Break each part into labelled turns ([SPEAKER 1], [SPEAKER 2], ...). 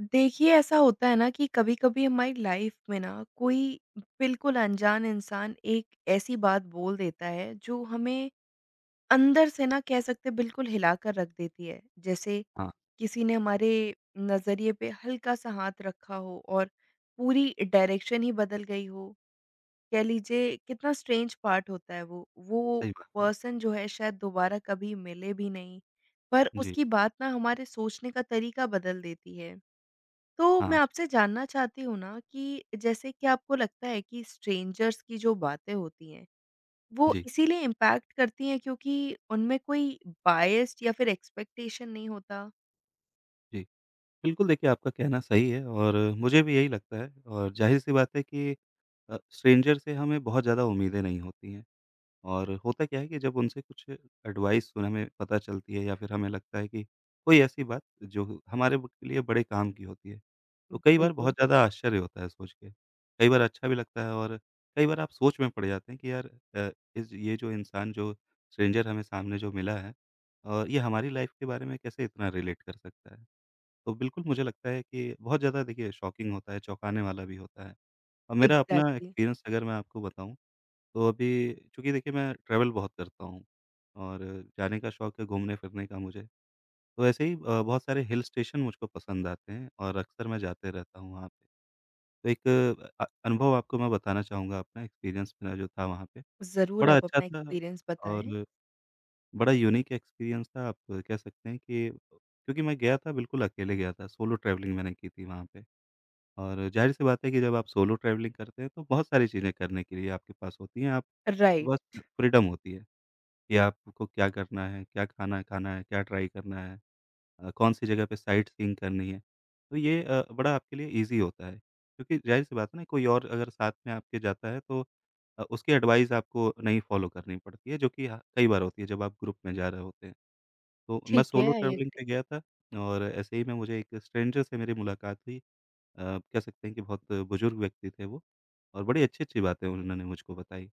[SPEAKER 1] देखिए, ऐसा होता है ना कि कभी-कभी हमारी लाइफ में ना कोई बिल्कुल अनजान इंसान एक ऐसी बात बोल देता है जो हमें अंदर से ना कह सकते हैं बिल्कुल हिला कर रख देती है। जैसे
[SPEAKER 2] हाँ,
[SPEAKER 1] किसी ने हमारे नज़रिए पे हल्का-सा हाथ रखा हो और पूरी डायरेक्शन ही बदल गई हो। कह लीजिए कितना स्ट्रेंज पार्ट होता है वो। वो
[SPEAKER 2] सही बात है।
[SPEAKER 1] पर्सन जो है शायद दोबारा कभी मिले भी नहीं, पर
[SPEAKER 2] जी,
[SPEAKER 1] उसकी बात ना हमारे सोचने का तरीका बदल देती है। तो मैं
[SPEAKER 2] हाँ,
[SPEAKER 1] आपसे जानना चाहती हूँ ना कि जैसे कि आपको लगता है कि स्ट्रेंजर्स की जो बातें होती हैं, वो
[SPEAKER 2] जी,
[SPEAKER 1] इसीलिए इम्पैक्ट करती हैं क्योंकि उनमें कोई बायस्ड या फिर एक्सपेक्टेशन नहीं होता?
[SPEAKER 2] जी। बिल्कुल, देखिए, आपका कहना सही है और मुझे भी यही लगता है, और ज़ाहिर-सी बात है कि स्ट्रेंजर से हमें बहुत ज़्यादा उम्मीदें नहीं होती हैं। और होता क्या है कि जब उनसे कुछ एडवाइस हमें पता चलती है, या फिर हमें लगता है कि कोई ऐसी बात जो हमारे के लिए बड़े काम की होती है, तो कई बार
[SPEAKER 1] बिल्कुल।
[SPEAKER 2] बहुत ज़्यादा आश्चर्य होता है, सोच के कई बार अच्छा भी लगता है। और कई बार आप सोच में पड़ जाते हैं कि यार, अ, इस ये जो इंसान, जो स्ट्रेंजर हमें सामने जो मिला है, और ये हमारी लाइफ के बारे में कैसे इतना रिलेट कर सकता है। तो बिल्कुल मुझे लगता है कि बहुत ज़्यादा देखिए शॉकिंग होता है, चौंकाने वाला भी होता है। और मेरा अपना
[SPEAKER 1] एग्ज़ैक्टली।
[SPEAKER 2] एक्सपीरियंस अगर मैं आपको बताऊं, तो अभी, चूँकि देखिए मैं ट्रैवल बहुत करता हूँ, और जाने का शौक है, घूमने-फिरने का मुझे। तो ऐसे ही बहुत सारे हिल स्टेशन मुझको पसंद आते हैं, और अक्सर मैं जाते रहता हूँ वहाँ पे। तो एक अनुभव आपको मैं बताना चाहूँगा, अपना एक्सपीरियंस मेरा जो था वहाँ पे,
[SPEAKER 1] ज़रूर
[SPEAKER 2] बड़ा
[SPEAKER 1] आप
[SPEAKER 2] अच्छा
[SPEAKER 1] अपना
[SPEAKER 2] था,
[SPEAKER 1] एक्सपीरियंस बताएँ।
[SPEAKER 2] और बड़ा यूनिक एक्सपीरियंस था। आप कह सकते हैं कि, क्योंकि मैं गया था बिल्कुल अकेले गया था, सोलो ट्रैवलिंग मैंने की थी वहाँ पे। और ज़ाहिर-सी बात है कि जब आप सोलो ट्रैवलिंग करते हैं, तो बहुत सारी चीज़ें करने के लिए आपके पास होती हैं, आपके
[SPEAKER 1] राइट,
[SPEAKER 2] पास फ्रीडम होती है। कि आपको क्या करना है, क्या खाना खाना है, क्या ट्राई करना है, कौन-सी जगह पे साइट सीइंग करनी है। तो ये बड़ा आपके लिए ईज़ी होता है, क्योंकि ज़ाहिर-सी बात है ना, कोई और अगर साथ में आपके जाता है, तो उसकी एडवाइस आपको नहीं फॉलो करनी पड़ती है, जो कि ह कई बार होती है जब आप ग्रुप में जा रहे होते हैं। तो मैं
[SPEAKER 1] ठीक है,
[SPEAKER 2] सोलो
[SPEAKER 1] आई
[SPEAKER 2] ट्रैवलिंग
[SPEAKER 1] एग्री।
[SPEAKER 2] पे गया था, और ऐसे ही में मुझे एक स्ट्रेंजर से मेरी मुलाकात हुई। कह सकते हैं कि बहुत बुजुर्ग व्यक्ति थे वो, और बड़ी अच्छी-अच्छी बातें उन्होंने मुझको बताई,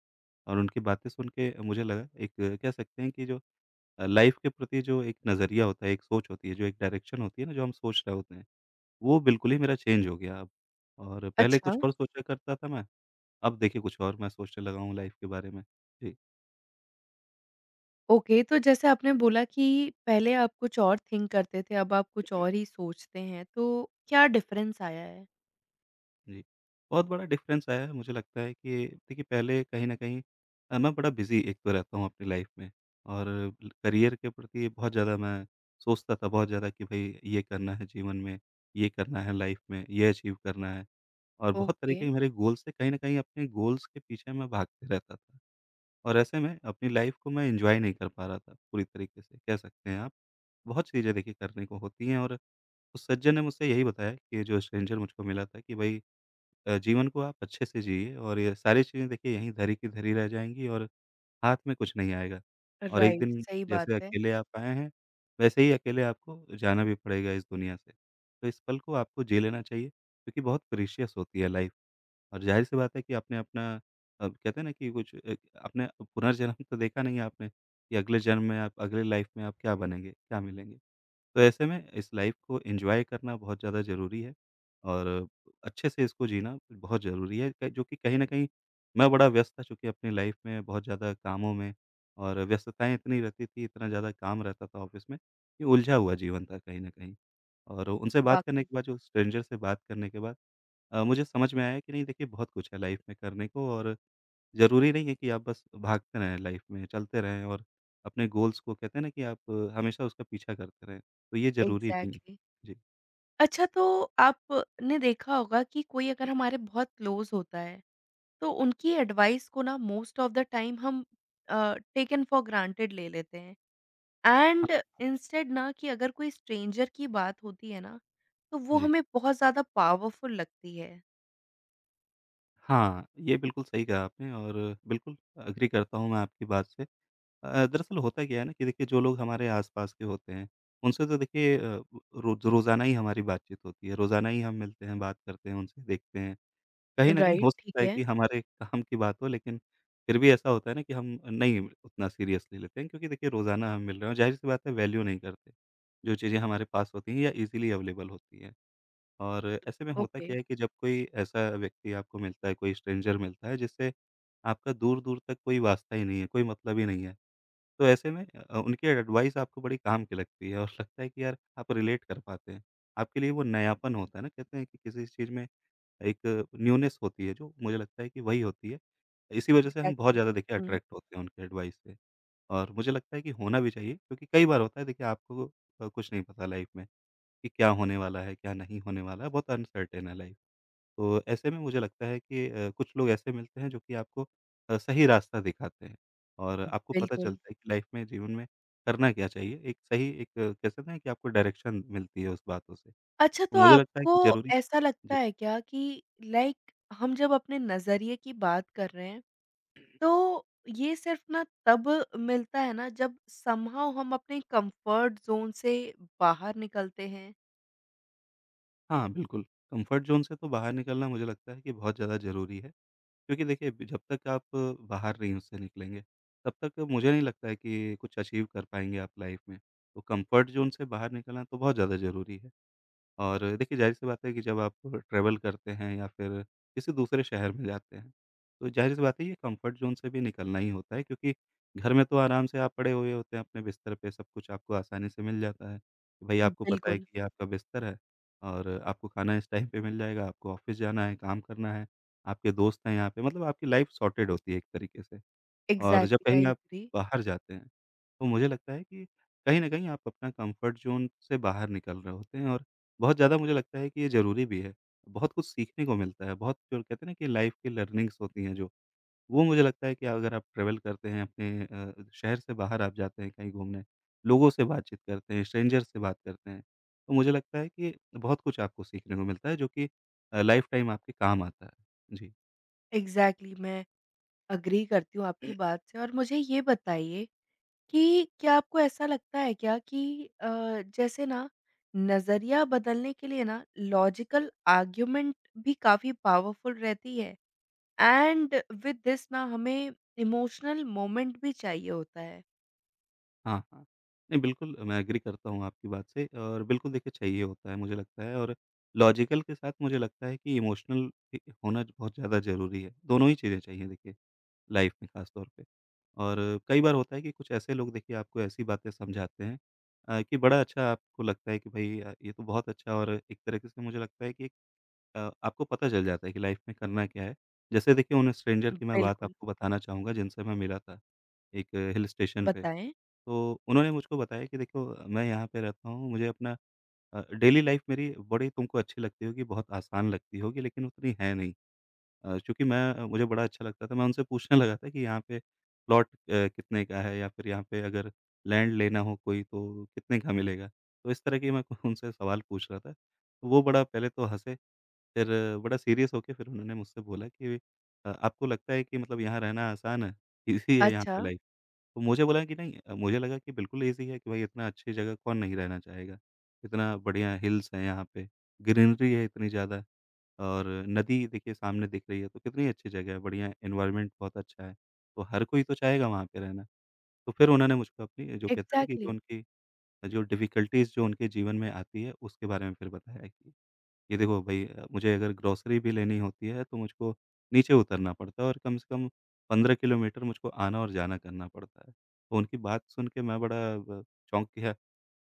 [SPEAKER 2] और उनकी बातें सुन के मुझे लगा, एक कह सकते हैं कि, जो लाइफ़ के प्रति जो एक नज़रिया होता है, एक सोच होती है, जो एक डायरेक्शन होती है ना, जो हम सोच रहे होते हैं, वो बिल्कुल ही मेरा चेंज हो गया अब। और पहले
[SPEAKER 1] अच्छा,
[SPEAKER 2] कुछ और सोचा करता था मैं, अब देखिए कुछ और मैं सोचने लगा हूँ लाइफ़ के बारे में। जी,
[SPEAKER 1] ओके तो जैसे आपने बोला कि पहले आप कुछ और थिंक करते थे, अब आप कुछ और ही सोचते हैं, तो क्या डिफ़रेंस आया है?
[SPEAKER 2] जी। बहुत बड़ा डिफ़रेंस आया है। मुझे लगता है कि देखिए, पहले कहीं न कहीं मैं बड़ा बिज़ी एक तो रहता हूँ अपनी लाइफ़ में, और ल करियर के प्रति बहुत ज़्यादा मैं सोचता था, बहुत ज़्यादा, कि भई ये करना है जीवन में, ये करना है लाइफ़ में, ये अचीव करना है। और बहुत
[SPEAKER 1] ओके,
[SPEAKER 2] तरीके के मेरे गोल्स थे, कहीं न कहीं अपने गोल्स के पीछे मैं भागते रहता था। और ऐसे में अपनी लाइफ़ को मैं एन्जॉय नहीं कर पा रहा था पूरी तरीके से, कह सकते हैं आप। बहुत चीज़ें देखिए करने को होती हैं, और उस सज्जन ने मुझसे यही बताया, कि जो स्ट्रेंजर मुझको मिला था, कि भई जीवन को आप अच्छे से जिए, और ये सारी चीज़ें देखिए यहीं धरी की धरी रह जाएँगी, और हाथ में कुछ नहीं आएगा। और एक
[SPEAKER 1] राइट,
[SPEAKER 2] दिन,
[SPEAKER 1] सही बात
[SPEAKER 2] जैसे
[SPEAKER 1] है,
[SPEAKER 2] अकेले आप आए हैं, वैसे ही अकेले आपको जाना भी पड़ेगा इस दुनिया से। तो इस पल को आपको जी लेना चाहिए, क्योंकि बहुत प्रीशियस होती है लाइफ़। और ज़ाहिर-सी बात है कि आपने अपना कहते हैं ना कि कुछ एक आपने पुनर्जन्म तो देखा नहीं है आपने, कि अगले जन्म में आप, अगले लाइफ़ में आप क्या बनेंगे, क्या मिलेंगे। तो ऐसे में इस लाइफ़ को एन्जॉय करना बहुत ज़्यादा ज़रूरी है, और अच्छे से इसको जीना बहुत ज़रूरी है, क जो कि कहीं न कहीं मैं बड़ा व्यस्त था चूँकि अपनी लाइफ़ में, बहुत ज़्यादा कामों में, और व्यस्तताएँ इतनी रहती थी, इतना ज़्यादा काम रहता था ऑफ़िस में, कि उलझा हुआ जीवन था कहीं न कहीं। और उनसे बात करने
[SPEAKER 1] वाक़ई।
[SPEAKER 2] के बाद, जो स्ट्रेंजर से बात करने के बाद, मुझे समझ में आया कि नहीं देखिए, बहुत कुछ है लाइफ में करने को, और ज़रूरी नहीं है कि आप बस भागते रहें लाइफ में, चलते रहें, और अपने गोल्स को, कहते हैं ना कि आप हमेशा उसका पीछा करते रहें, तो ये ज़रूरी नहीं है।
[SPEAKER 1] एग्ज़ैक्टली।
[SPEAKER 2] जी।
[SPEAKER 1] अच्छा तो आपने देखा होगा कि कोई अगर हमारे बहुत क्लोज़ होता है, तो उनकी एडवाइस को ना मोस्ट ऑफ़ द टाइम हम टेकन फॉर ग्रांटेड ले लेते हैं एंड
[SPEAKER 2] हाँ,
[SPEAKER 1] इंस्टेड ना कि अगर कोई स्ट्रेंजर की बात होती है ना, तो वो
[SPEAKER 2] जी।
[SPEAKER 1] हमें बहुत ज़्यादा पावरफुल लगती है।
[SPEAKER 2] हाँ, ये बिल्कुल सही कहा आपने, और बिल्कुल एग्री करता हूँ मैं आपकी बात से। दरअसल होता क्या है ना कि देखिए, जो लोग हमारे आस-पास के होते हैं, उनसे तो देखिए रोज़ाना ही हमारी बातचीत होती है, रोज़ाना ही हम मिलते हैं, बात करते हैं उनसे, देखते हैं। कहीं न कहीं
[SPEAKER 1] राइट,
[SPEAKER 2] हो सकता
[SPEAKER 1] ठीक
[SPEAKER 2] है
[SPEAKER 1] है।
[SPEAKER 2] कि हमारे काम की बात हो, लेकिन फिर भी ऐसा होता है ना कि हम नहीं उतना सीरियसली लेते हैं, क्योंकि देखिए रोज़ाना हम मिल रहे हैं, ज़ाहिर-सी बात है, वैल्यू नहीं करते। जो चीज़ें हमारे पास होती हैं, या ईज़िली अवेलेबल होती हैं। और ऐसे में होता
[SPEAKER 1] ओके।
[SPEAKER 2] क्या है कि जब कोई ऐसा व्यक्ति आपको मिलता है, कोई स्ट्रेंजर मिलता है जिससे आपका दूर-दूर तक कोई वास्ता ही नहीं है, कोई मतलब ही नहीं है। तो ऐसे में उनकी एडवाइस आपको बड़ी काम की लगती है, और लगता है कि यार, आप रिलेट कर पाते हैं। आपके लिए वो नयापन होता है ना, कहते हैं कि किसी चीज़ में एक न्यूनेस होती है जो, मुझे लगता है कि वही होती है। इसी वजह से हम बहुत
[SPEAKER 1] एग्ज़ैक्टली।
[SPEAKER 2] ज़्यादा देखिए
[SPEAKER 1] हुँ।
[SPEAKER 2] अट्रैक्ट होते हैं उनके एडवाइस से। और मुझे लगता है कि होना भी चाहिए, क्योंकि कई बार होता है देखिए, आपको कुछ नहीं पता लाइफ़ में कि क्या होने वाला है, क्या नहीं होने वाला है, बहुत अनसर्टेन है लाइफ़। तो ऐसे में मुझे लगता है कि कुछ लोग ऐसे मिलते हैं जो कि आपको सही रास्ता दिखाते हैं, और आपको पता
[SPEAKER 1] बिल्कुल।
[SPEAKER 2] चलता है कि लाइफ़ में, जीवन में करना क्या चाहिए। एक सही, एक कह सकते हैं ना, कि आपको डायरेक्शन मिलती है उस बातों से।
[SPEAKER 1] अच्छा
[SPEAKER 2] तो
[SPEAKER 1] तो
[SPEAKER 2] मुझे लगता है
[SPEAKER 1] आपको
[SPEAKER 2] कि ज़रूरी,
[SPEAKER 1] ऐसा लगता है क्या कि लाइक हम जब अपने नज़रिए की बात कर रहे हैं तो ये सिर्फ़ ना तब मिलता है ना जब समहाउ हम अपने कंफर्ट ज़ोन से बाहर निकलते हैं।
[SPEAKER 2] हाँ, बिल्कुल। कम्फ़र्ट ज़ोन से तो बाहर निकलना मुझे लगता है कि बहुत ज़्यादा ज़रूरी है, क्योंकि देखिए ब जब तक आप बाहर नहीं उससे निकलेंगे, तब तक मुझे नहीं लगता है कि कुछ अचीव कर पाएँगे आप लाइफ़ में। तो कम्फ़र्ट ज़ोन से बाहर निकलना तो बहुत ज़्यादा ज़रूरी है। और देखिए ज़ाहिर-सी बात है कि जब आप ट्रैवल करते हैं, या फिर किसी दूसरे शहर में जाते हैं, तो ज़ाहिर-सी बात है, ये कंफर्ट ज़ोन से भी निकलना ही होता है, क्योंकि घर में तो आराम से आप पड़े हुए होते हैं अपने बिस्तर पे, सब कुछ आपको आसानी से मिल जाता है। भई आपको पता है
[SPEAKER 1] बिल्कुल।
[SPEAKER 2] कि ये आपका बिस्तर है, और आपको खाना इस टाइम पे मिल जाएगा, आपको ऑफ़िस जाना है, काम करना है, आपके दोस्त हैं यहाँ पे, मतलब आपकी लाइफ़ सॉर्टेड होती है एक तरीके से। और जब
[SPEAKER 1] एग्ज़ैक्टली
[SPEAKER 2] कहीं
[SPEAKER 1] आई
[SPEAKER 2] आप
[SPEAKER 1] एग्री।
[SPEAKER 2] बाहर जाते हैं, तो मुझे लगता है कि कहीं न कहीं आप अपना कम्फ़र्ट ज़ोन से बाहर निकल रहे होते हैं, और बहुत ज़्यादा मुझे लगता है कि ये ज़रूरी भी है। बहुत कुछ सीखने को मिलता है, बहुत जो कहते हैं ना कि लाइफ़ की लर्निंग्स होती हैं जो, वो मुझे लगता है कि अगर आप ट्रैवल करते हैं, अपने शहर से बाहर आप जाते हैं कहीं घूमने, लोगों से बातचीत करते हैं, स्ट्रेंजर्स से बात करते हैं, तो मुझे लगता है कि बहुत कुछ आपको सीखने को मिलता है, जो कि लाइफ़ टाइम आपके काम आता है। जी।
[SPEAKER 1] एग्ज़ैक्टली मैं एग्री करती हूँ आपकी बात से और मुझे ये बताइए कि क्या आपको ऐसा लगता है क्या कि जैसे ना नज़रिया बदलने के लिए ना लॉजिकल आर्ग्युमेंट भी काफ़ी पावरफुल रहती है एंड विद दिस ना हमें इमोशनल मोमेंट भी चाहिए होता है?
[SPEAKER 2] हाँ, हाँ। नहीं बिल्कुल, मैं एग्री करता हूँ आपकी बात से, और बिल्कुल देखिए चाहिए होता है मुझे लगता है। और लॉजिकल के साथ मुझे लगता है कि इमोशनल होना बहुत ज़्यादा ज़रूरी है। दोनों ही चीज़ें चाहिए देखिए लाइफ़ में, ख़ास तौर पे। और कई बार होता है कि कुछ ऐसे लोग देखिए आपको ऐसी बातें समझाते हैं, कि बड़ा अच्छा आपको लगता है, कि भई ये तो बहुत अच्छा, और एक तरीके से मुझे लगता है कि एक आपको पता चल जाता है कि लाइफ़ में करना क्या है। जैसे देखिए उन स्ट्रेंजर की मैं बात
[SPEAKER 1] बिल्कुल।
[SPEAKER 2] आपको बताना चाहूँगा, जिनसे मैं मिला था, एक हिल स्टेशन पे।
[SPEAKER 1] बताएँ?
[SPEAKER 2] तो उन्होंने मुझको बताया कि देखो, मैं यहाँ पे रहता हूँ, मुझे अपना डेली लाइफ़ मेरी बड़ी तुमको अच्छी लगती होगी, बहुत आसान लगती होगी, लेकिन उतनी है नहीं। चूँकि मैं मुझे बड़ा अच्छा लगता था, मैं उनसे पूछने लगा था कि यहाँ पे प्लॉट कितने का है, या फिर यहाँ पे अगर लैंड लेना हो कोई, तो कितने का मिलेगा? तो इस तरह की मैं उनसे सवाल पूछ रहा था। तो वो बड़ा पहले तो हँसे, फिर बड़ा सीरियस होके फिर उन्होंने मुझसे बोला कि आपको लगता है कि मतलब यहाँ रहना आसान है? ईज़ी है यहाँ
[SPEAKER 1] अच्छा,
[SPEAKER 2] पे लाइफ़? तो मुझे बोला कि नहीं। मुझे लगा कि बिल्कुल ईज़ी है कि भाई इतना अच्छी जगह कौन नहीं रहना चाहेगा। इतना बढ़िया हिल्स हैं यहाँ पे, ग्रीनरी है इतनी ज़्यादा और नदी देखिए सामने दिख रही है, तो कितनी अच्छी जगह है, बढ़िया एनवायरनमेंट बहुत अच्छा है। तो हर कोई तो चाहेगा वहाँ पे रहना। तो फिर उन्होंने मुझको अपनी जो कहते हैं ना कि जो
[SPEAKER 1] एग्ज़ैक्टली
[SPEAKER 2] उनकी जो डिफ़िकल्टीज़ जो उनके जीवन में आती है उसके बारे में फिर बताया कि ये देखो भई मुझे अगर ग्रोसरी भी लेनी होती है तो मुझको नीचे उतरना पड़ता है और कम से कम 15 किलोमीटर मुझको आना और जाना करना पड़ता है। तो उनकी बात सुन के मैं बड़ा ब चौंक गया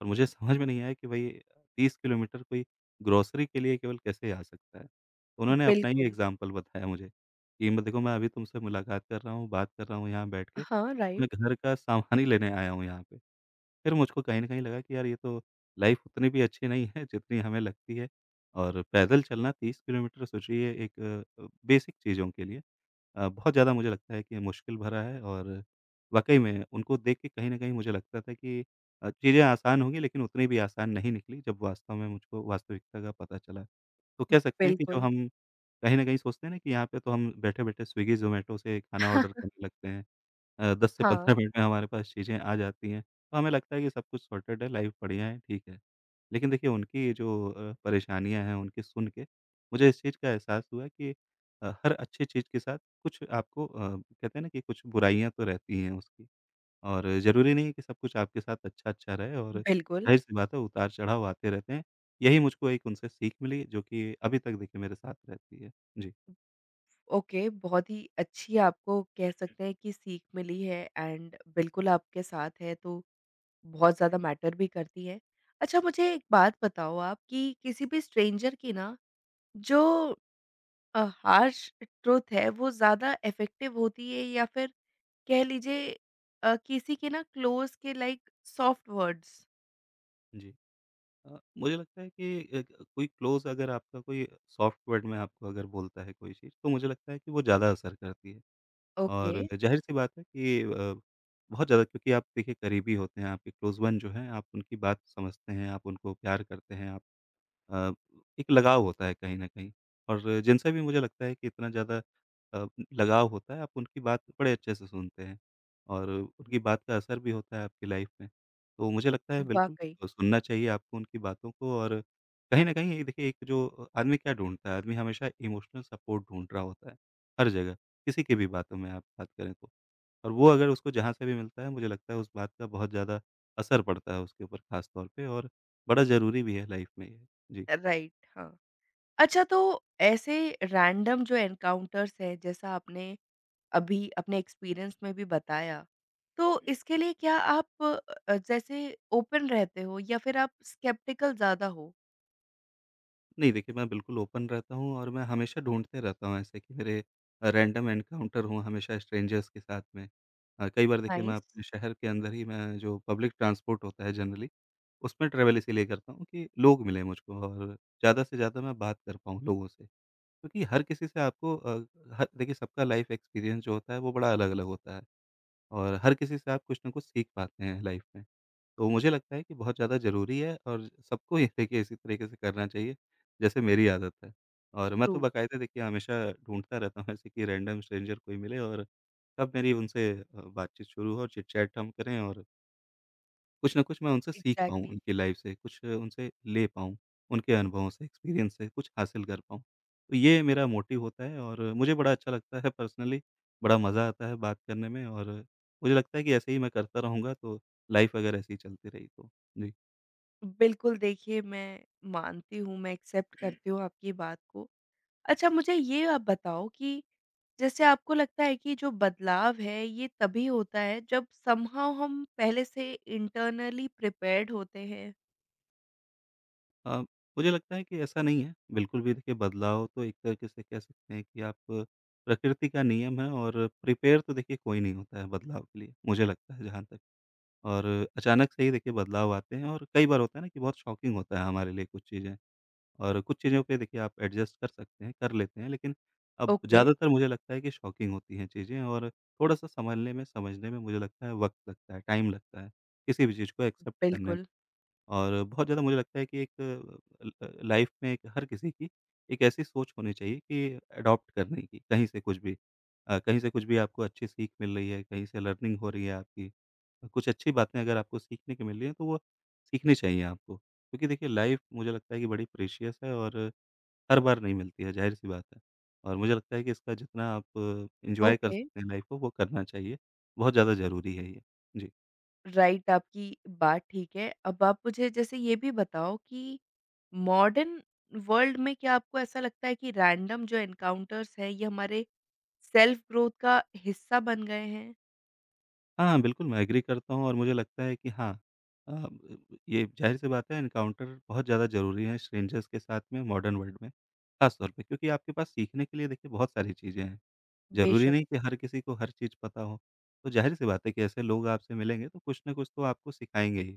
[SPEAKER 2] और मुझे समझ में नहीं आया कि भई 30 किलोमीटर कोई ग्रोसरी के लिए केवल कैसे आ सकता है। तो उन्होंने अपना ही
[SPEAKER 1] बिल्कुल।
[SPEAKER 2] एग्ज़ाम्पल बताया मुझे कि मैं देखो मैं अभी तुमसे मुलाकात कर रहा हूँ, बात कर रहा हूँ यहाँ बैठ के,
[SPEAKER 1] हाँ,
[SPEAKER 2] मैं
[SPEAKER 1] राइट।
[SPEAKER 2] घर का सामान ही लेने आया हूँ यहाँ पे। फिर मुझको कहीं न कहीं लगा कि यार ये तो लाइफ़ उतनी भी अच्छी नहीं है जितनी हमें लगती है, और पैदल चलना 30 किलोमीटर सोचिए एक बेसिक चीज़ों के लिए बहुत ज़्यादा मुझे लगता है कि मुश्किल भरा है। और वाक़ई में उनको देख के कहीं न कहीं मुझे लगता था कि चीज़ें आसान होंगी लेकिन उतनी भी आसान नहीं निकली जब वास्तव में मुझको वास्तविकता का पता चला। तो कह सकते हैं कि जो
[SPEAKER 1] बिल्कुल।
[SPEAKER 2] हम कहीं न कहीं सोचते हैं ना कि यहाँ पे तो हम बैठे-बैठे स्विगी, ज़ोमैटो से खाना ऑर्डर करने लगते हैं। 10 से 15
[SPEAKER 1] हाँ,
[SPEAKER 2] मिनट में हमारे पास चीज़ें आ जाती हैं, तो हमें लगता है कि सब कुछ सॉर्टेड है, लाइफ़ बढ़िया है, ठीक है। लेकिन देखिए उनकी जो परेशानियाँ हैं, उनकी सुन के मुझे इस चीज़ का एहसास हुआ कि हर अच्छी चीज़ के साथ कुछ आपको कहते हैं ना कि कुछ बुराइयाँ तो रहती हैं उसकी। और ज़रूरी नहीं है कि सब कुछ आपके साथ अच्छा-अच्छा रहे, और
[SPEAKER 1] बिल्कुल।
[SPEAKER 2] ज़ाहिर-सी बात है उतार-चढ़ाव आते रहते हैं। यही मुझको एक उनसे सीख मिली जो कि अभी तक देखिए मेरे साथ रहती है। जी।
[SPEAKER 1] ओके, बहुत ही अच्छी आपको कह सकते हैं कि सीख मिली है एंड बिल्कुल आपके साथ है, तो बहुत ज़्यादा मैटर भी करती है। अच्छा, मुझे एक बात बताओ आप कि किसी भी स्ट्रेंजर की ना जो हार्श ट्रुथ है, वो ज़्यादा इफ़ेक्टिव होती है या फिर कह लीजिए किसी के ना क्लोज़ के लाइक सॉफ्ट वर्ड्स?
[SPEAKER 2] जी। मुझे लगता है कि क कोई क्लोज़ अगर आपका कोई सॉफ्ट वर्ड में आपको अगर बोलता है कोई चीज़, तो मुझे लगता है कि वो ज़्यादा असर करती है।
[SPEAKER 1] ओके,
[SPEAKER 2] और ज़ाहिर-सी बात है कि बहुत ज़्यादा, क्योंकि आप देखिए करीबी होते हैं, आपके क्लोज़ वन जो हैं, आप उनकी बात समझते हैं, आप उनको प्यार करते हैं, आप अ, एक लगाव होता है कहीं न कहीं। और जिनसे भी मुझे लगता है कि इतना ज़्यादा अ, लगाव होता है, आप उनकी बात बड़े अच्छे से सुनते हैं और उनकी बात का असर भी होता है आपकी लाइफ़ में। तो मुझे लगता है बिल्कुल
[SPEAKER 1] वाक़ई।
[SPEAKER 2] सुनना चाहिए आपको उनकी बातों को। और कहीं न कहीं ये देखिए एक जो आदमी क्या ढूँढता है, आदमी हमेशा इमोशनल सपोर्ट ढूँढ रहा होता है, हर जगह, किसी की भी बातों में आप बात करें तो। और वो अगर उसको जहाँ से भी मिलता है, मुझे लगता है उस बात का बहुत ज़्यादा असर पड़ता है उसके ऊपर, ख़ास तौर पे, और बड़ा ज़रूरी भी है लाइफ़ में ये। जी।
[SPEAKER 1] राइट, हाँ। अच्छा तो ऐसे रैंडम जो एनकाउंटर्स हैं, जैसा आपने अभी अपने एक्सपीरियंस में भी बताया, तो इसके लिए क्या आप जैसे ओपन रहते हो या फिर आप स्केप्टिकल ज़्यादा हो?
[SPEAKER 2] नहीं देखिए, मैं बिल्कुल ओपन रहता हूँ और मैं हमेशा ढूँढते रहता हूँ ऐसे कि मेरे रैंडम एनकाउंटर हों हमेशा स्ट्रेंजर्स के साथ में। कई बार देखिए मैं
[SPEAKER 1] नाइस।
[SPEAKER 2] अपने शहर के अंदर ही मैं जो पब्लिक ट्रांसपोर्ट होता है जनरली, उसमें ट्रैवल इसीलिए करता हूँ कि लोग मिलें मुझको और ज़्यादा से ज़्यादा मैं बात कर पाऊँ लोगों से। क्योंकि हर किसी से आपको हर देखिए सबका लाइफ़ एक्सपीरियंस जो होता है वो बड़ा अलग-अलग होता है, और हर किसी से आप कुछ ना कुछ सीख पाते हैं लाइफ़ में। तो मुझे लगता है कि बहुत ज़्यादा ज़रूरी है, और सबको ये देखिए इसी तरीके से करना चाहिए, जैसे मेरी आदत है। और मैं तो
[SPEAKER 1] ट्रू,
[SPEAKER 2] बाकायदा देखिए हमेशा ढूँढता रहता हूँ ऐसे कि रैंडम स्ट्रेंजर कोई मिले और तब मेरी उनसे बातचीत शुरू हो, चिट-चैट हम करें, और कुछ ना कुछ मैं उनसे सीख पाऊँ
[SPEAKER 1] एग्ज़ैक्टली।
[SPEAKER 2] उनकी लाइफ़ से, कुछ उनसे ले पाऊँ, उनके अनुभवों से, एक्सपीरियंस से कुछ हासिल कर पाऊँ। तो ये मेरा मोटिव होता है और मुझे बड़ा अच्छा लगता है पर्सनली, बड़ा मज़ा आता है बात करने में, और मुझे लगता है कि ऐसे ही मैं करता रहूँगा तो लाइफ़ अगर ऐसे ही चलती रही तो। जी।
[SPEAKER 1] बिल्कुल देखिए मैं मानती हूँ, मैं एक्सेप्ट करती हूँ आपकी बात को। अच्छा मुझे ये आप बताओ कि जैसे आपको लगता है कि जो बदलाव है ये तभी होता है जब समहाउ हम पहले से इंटरनली प्रिपेयर्ड होते हैं?
[SPEAKER 2] अ, मुझे लगता है कि ऐसा नहीं है, बिल्कुल भी देखिए बदलाव तो एक तरीके से कह सकते हैं कि आप प्रकृति का नियम है, और प्रिपेयर तो देखिए कोई नहीं होता है बदलाव के लिए, मुझे लगता है जहाँ तक। और अचानक से ही देखिए बदलाव आते हैं, और कई बार होता है ना कि बहुत शॉकिंग होता है हमारे लिए कुछ चीज़ें, और कुछ चीज़ों पे देखिए आप एडजस्ट कर सकते हैं, कर लेते हैं, लेकिन अब
[SPEAKER 1] ओके,
[SPEAKER 2] ज़्यादातर मुझे लगता है कि शॉकिंग होती हैं चीज़ें, और थोड़ा-सा सँभलने में, समझने में मुझे लगता है वक़्त लगता है, टाइम लगता है, किसी भी चीज़ को एक्सेप्ट करने में।
[SPEAKER 1] बिल्कुल।
[SPEAKER 2] और बहुत ज़्यादा मुझे लगता है कि एक ल लाइफ़ में एक हर किसी की एक ऐसी सोच होनी चाहिए कि अडॉप्ट करने की, कहीं से कुछ भी। कहीं से कुछ भी आपको अच्छी सीख मिल रही है, कहीं से लर्निंग हो रही है आपकी। कुछ अच्छी बातें अगर आपको सीखने को मिल रही हैं, तो वो सीखनी चाहिए आपको। क्योंकि देखिए लाइफ़ मुझे लगता है कि बड़ी प्रेशियस है, और हर बार नहीं मिलती है, ज़ाहिर-सी बात है। और मुझे लगता है कि इसका जितना आप एन्जॉय कर
[SPEAKER 1] ओके।
[SPEAKER 2] सकते हैं लाइफ़ को, वो करना चाहिए। बहुत ज़्यादा ज़रूरी है ये। जी।
[SPEAKER 1] राइट आपकी बात ठीक है। अब आप मुझे जैसे ये भी बताओ कि मॉडर्न वर्ल्ड में क्या आपको ऐसा लगता है कि रैंडम जो एनकाउंटर्स हैं ये हमारे सेल्फ ग्रोथ का हिस्सा बन गए हैं?
[SPEAKER 2] हाँ, बिल्कुल, मैं एग्री करता हूँ, और मुझे लगता है कि हाँ अ, ये ज़ाहिर-सी बात है, एनकाउंटर बहुत ज़्यादा ज़रूरी है स्ट्रेंजर्स के साथ में मॉडर्न वर्ल्ड में, ख़ास तौर पे, क्योंकि आपके पास सीखने के लिए देखिए बहुत सारी चीज़ें हैं। ज़रूरी
[SPEAKER 1] बेशक,
[SPEAKER 2] नहीं कि हर किसी को हर चीज़ पता हो, तो ज़ाहिर-सी बात है कि ऐसे लोग आपसे मिलेंगे तो कुछ ना कुछ तो आपको सिखाएँगे ही,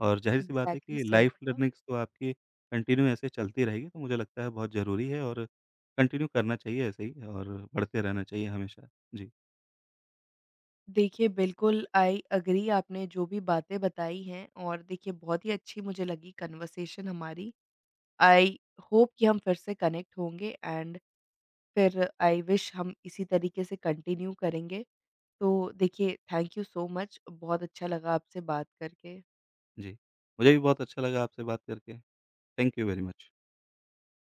[SPEAKER 2] और ज़ाहिर-सी बात है
[SPEAKER 1] एग्ज़ैक्टली
[SPEAKER 2] कि
[SPEAKER 1] सही
[SPEAKER 2] लाइफ़
[SPEAKER 1] कहा।
[SPEAKER 2] लर्निंग्स तो आपकी कंटिन्यू ऐसे चलती रहेगी, तो मुझे लगता है बहुत ज़रूरी है, और कंटिन्यू करना चाहिए ऐसे ही और बढ़ते रहना चाहिए हमेशा। जी,
[SPEAKER 1] देखिए, बिल्कुल आई एग्री आपने जो भी बातें बताई हैं और देखिए बहुत ही अच्छी मुझे लगी कन्वर्सेशन हमारी। आई होप कि हम फिर से कनेक्ट होंगे एंड फिर आई विश हम इसी तरीके से कंटिन्यू करेंगे। तो देखिए थैंक यू सो मच बहुत अच्छा लगा आपसे बात करके।
[SPEAKER 2] जी। मुझे भी बहुत अच्छा लगा आपसे बात करके। Thank you very much.